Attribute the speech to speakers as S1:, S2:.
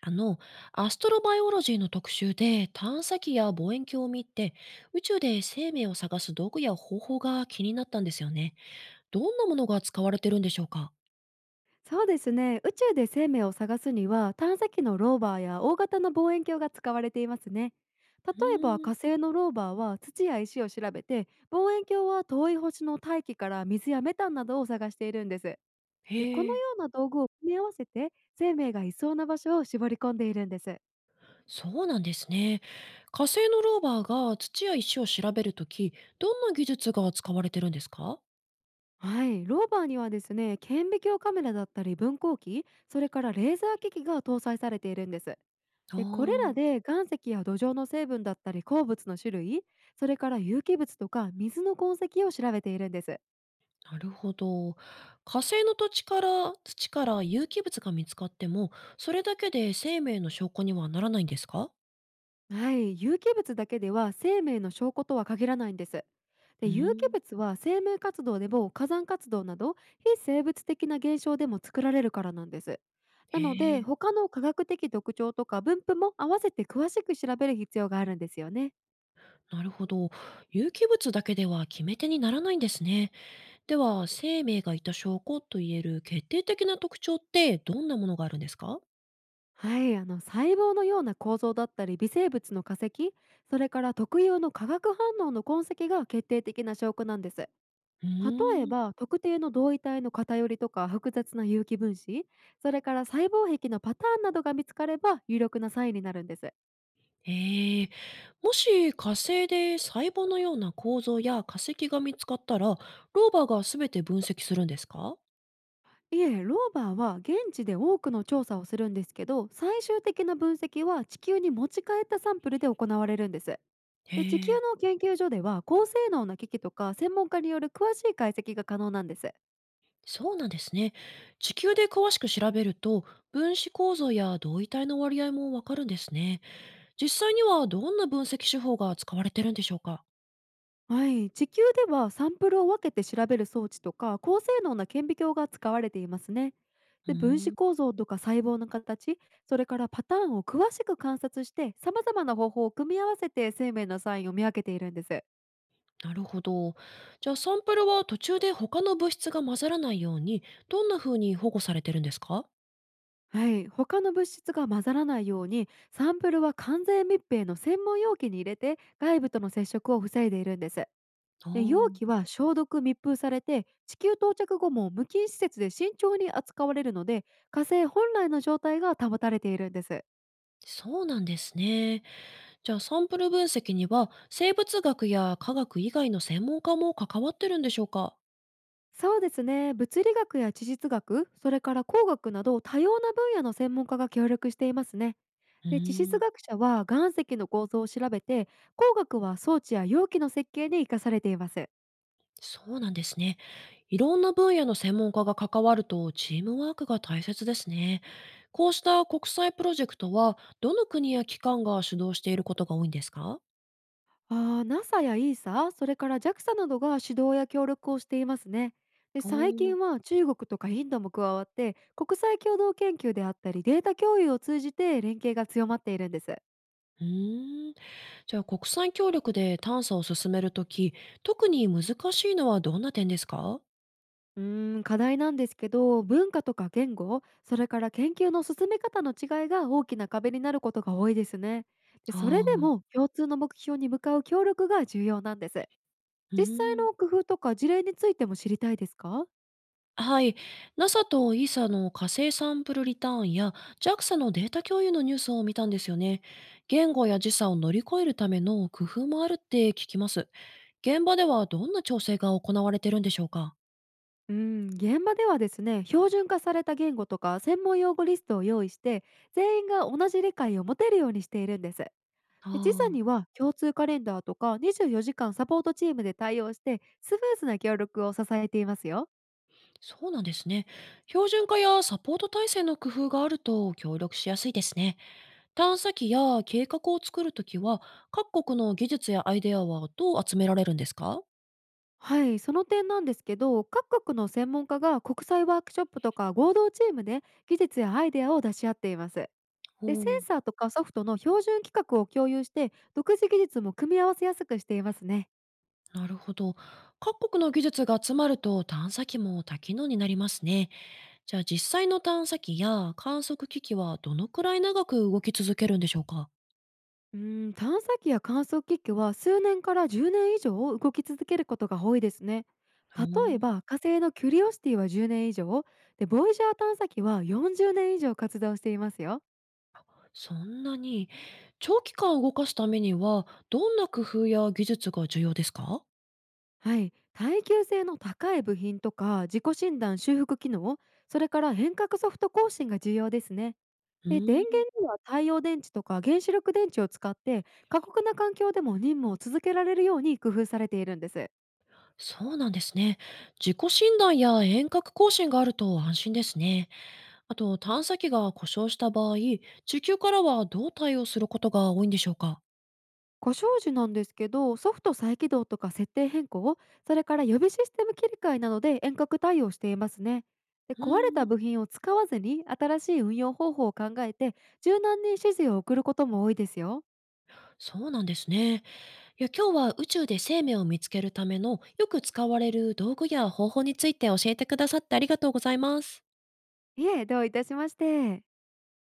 S1: あの、アストロバイオロジーの特集で探査機や望遠鏡を見て宇宙で生命を探す道具や方法が気になったんですよね。どんなものが使われてるんでしょうか？
S2: そうですね。宇宙で生命を探すには、探査機のローバーや大型の望遠鏡が使われていますね。例
S1: う
S2: えば
S1: ーん、
S2: 火星のローバーは土や石を調べて、望遠鏡は遠い星の大気から水やメタンなどを探しているんです。でこ
S1: へ
S2: の
S1: え、
S2: ような道具を組み合わせて、生命がいそうな場所を絞り込んでいるんです。
S1: そうなんですね。火星のローバーが土や石を調べるとき、どんな技術が使われてるんですか？
S2: はい、ローバーにはですね、顕微鏡カメラだったり分光機、それからレーザー機器が搭載されているんです。
S1: あ
S2: で、これら
S1: あ、
S2: で岩石や土壌の成分だったり鉱物の種類、それから有機物とか水の痕跡を調べているんです。
S1: なるほど。火星の土地から土から有機物が見つかっても、それだけで生命の証拠にはならないんですか？
S2: はい、有機物だけでは生命の証拠とは限らないんです。
S1: う
S2: で、有
S1: ー
S2: 機
S1: ん、
S2: 物は生命活動でも火山活動など非生物的な現象でも作られるからなんです。なの
S1: へ
S2: で、
S1: え。
S2: 他の科学的特徴とか分布も合わせて詳しく調べる必要があるんですよね。
S1: なるほど。有機物だけでは決め手にならないんですね。では、生命がいた証拠といえる決定的な特徴ってどんなものがあるんですか？
S2: はい、細胞のような構造だったり微生物の化石、それから特有の化学反応の痕跡が決定的な証拠なんです。
S1: う
S2: 例え
S1: ーん。
S2: ば特定の同位体の偏りとか複雑な有機分子、それから細胞壁のパターンなどが見つかれば有力なサインになるんです。
S1: ええ。もし火星で細胞のような構造や化石が見つかったら、ローバーが全て分析するんですか？
S2: いえ、ローバーは現地で多くの調査をするんですけど、最終的な分析は地球に持ち帰ったサンプルで行われるんです。
S1: へ
S2: で地球
S1: え、
S2: の研究所では、高性能な機器とか専門家による詳しい解析が可能なんです。
S1: そうなんですね。地球で詳しく調べると、分子構造や同位体の割合もわかるんですね。実際にはどんな分析手法が使われてるんでしょうか？
S2: はい、地球ではサンプルを分けて調べる装置とか高性能な顕微鏡が使われていますね。
S1: うー
S2: で分子
S1: ん。
S2: 構造とか細胞の形、それからパターンを詳しく観察して、様々な方法を組み合わせて生命のサインを見分けているんです。
S1: なるほど。じゃあサンプルは途中で他の物質が混ざらないように、どんな風に保護されてるんですか？
S2: はい、他の物質が混ざらないようにサンプルは完全密閉の専門容器に入れて、外部との接触を防いでいるんです。
S1: あ
S2: で容器
S1: あ、
S2: は消毒密封されて、地球到着後も無菌施設で慎重に扱われるので、火星本来の状態が保たれているんです。
S1: そうなんですね。じゃあサンプル分析には生物学や科学以外の専門家も関わってるんでしょうか？
S2: そうですね、物理学や地質学、それから工学など多様な分野の専門家が協力していますね。
S1: う
S2: で地
S1: ー
S2: 質
S1: ん、
S2: 学者は岩石の構造を調べて、工学は装置や容器の設計に生かされています。
S1: そうなんですね。いろんな分野の専門家が関わるとチームワークが大切ですね。こうした国際プロジェクトはどの国や機関が主導していることが多いんですか？
S2: NASA や ESA、それから JAXA などが指導や協力をしていますね。で
S1: お
S2: 最
S1: ー。
S2: 近は中国とかインドも加わって、国際共同研究であったりデータ共有を通じて連携が強まっているんです。
S1: うーん。じゃあ国際協力で探査を進めるとき、特に難しいのはどんな点ですか？
S2: 課題なんですけど、文化とか言語、それから研究の進め方の違いが大きな壁になることが多いですね。で
S1: あ
S2: それで
S1: あ、
S2: も共通の目標に向かう協力が重要なんです。
S1: う
S2: 実際
S1: ん。
S2: の工夫とか事例についても知りたいですか？
S1: はい。NASA と ESA の火星サンプルリターンや JAXA のデータ共有のニュースを見たんですよね。言語や時差を乗り越えるための工夫もあるって聞きます。現場ではどんな調整が行われてるんでしょうか？
S2: うん、現場ではですね、標準化された言語とか専門用語リストを用意して、全員が同じ理解を持てるようにしているんです。で
S1: あ
S2: 時差
S1: あ、
S2: には共通カレンダーとか24時間サポートチームで対応して、スムーズな協力を支えていますよ。
S1: そうなんですね。標準化やサポート体制の工夫があると協力しやすいですね。探査機や計画を作るときは、各国の技術やアイデアはどう集められるんですか？
S2: はい、その点なんですけど、各国の専門家が国際ワークショップとか合同チームで技術やアイデアを出し合っています。
S1: お
S2: でセン
S1: ー。
S2: サーとかソフトの標準規格を共有して、独自技術も組み合わせやすくしていますね。
S1: なるほど。各国の技術が集まると探査機も多機能になりますね。じゃあ実際の探査機や観測機器はどのくらい長く動き続けるんでしょうか？
S2: う探査機や観測機器は数年から10年以上動き続けることが多いですね。
S1: お
S2: 例え
S1: ー。
S2: ば火星のキュリオシティは10年以上、でボイジャー探査機は40年以上活動していますよ。
S1: そんなに。長期間動かすためには、どんな工夫や技術が重要ですか？
S2: はい、耐久性の高い部品とか自己診断修復機能、それから変革ソフト更新が重要ですね。
S1: う
S2: で電
S1: ー
S2: 源
S1: ん、
S2: には太陽電池とか原子力電池を使って、過酷な環境でも任務を続けられるように工夫されているんです。
S1: そうなんですね。自己診断や遠隔更新があると安心ですね。あと、探査機が故障した場合、地球からはどう対応することが多いんでしょうか？
S2: ご障子なんですけど、ソフト再起動とか設定変更、それから予備システム切り替えなどで遠隔対応していますね。で
S1: う
S2: 壊れた
S1: ーん、
S2: 部品を使わずに新しい運用方法を考えて、柔軟に指示を送ることも多いですよ。
S1: そうなんですね。いや、今日は宇宙で生命を見つけるためのよく使われる道具や方法について教えてくださってありがとうございます。
S2: いえ、どういたしまして。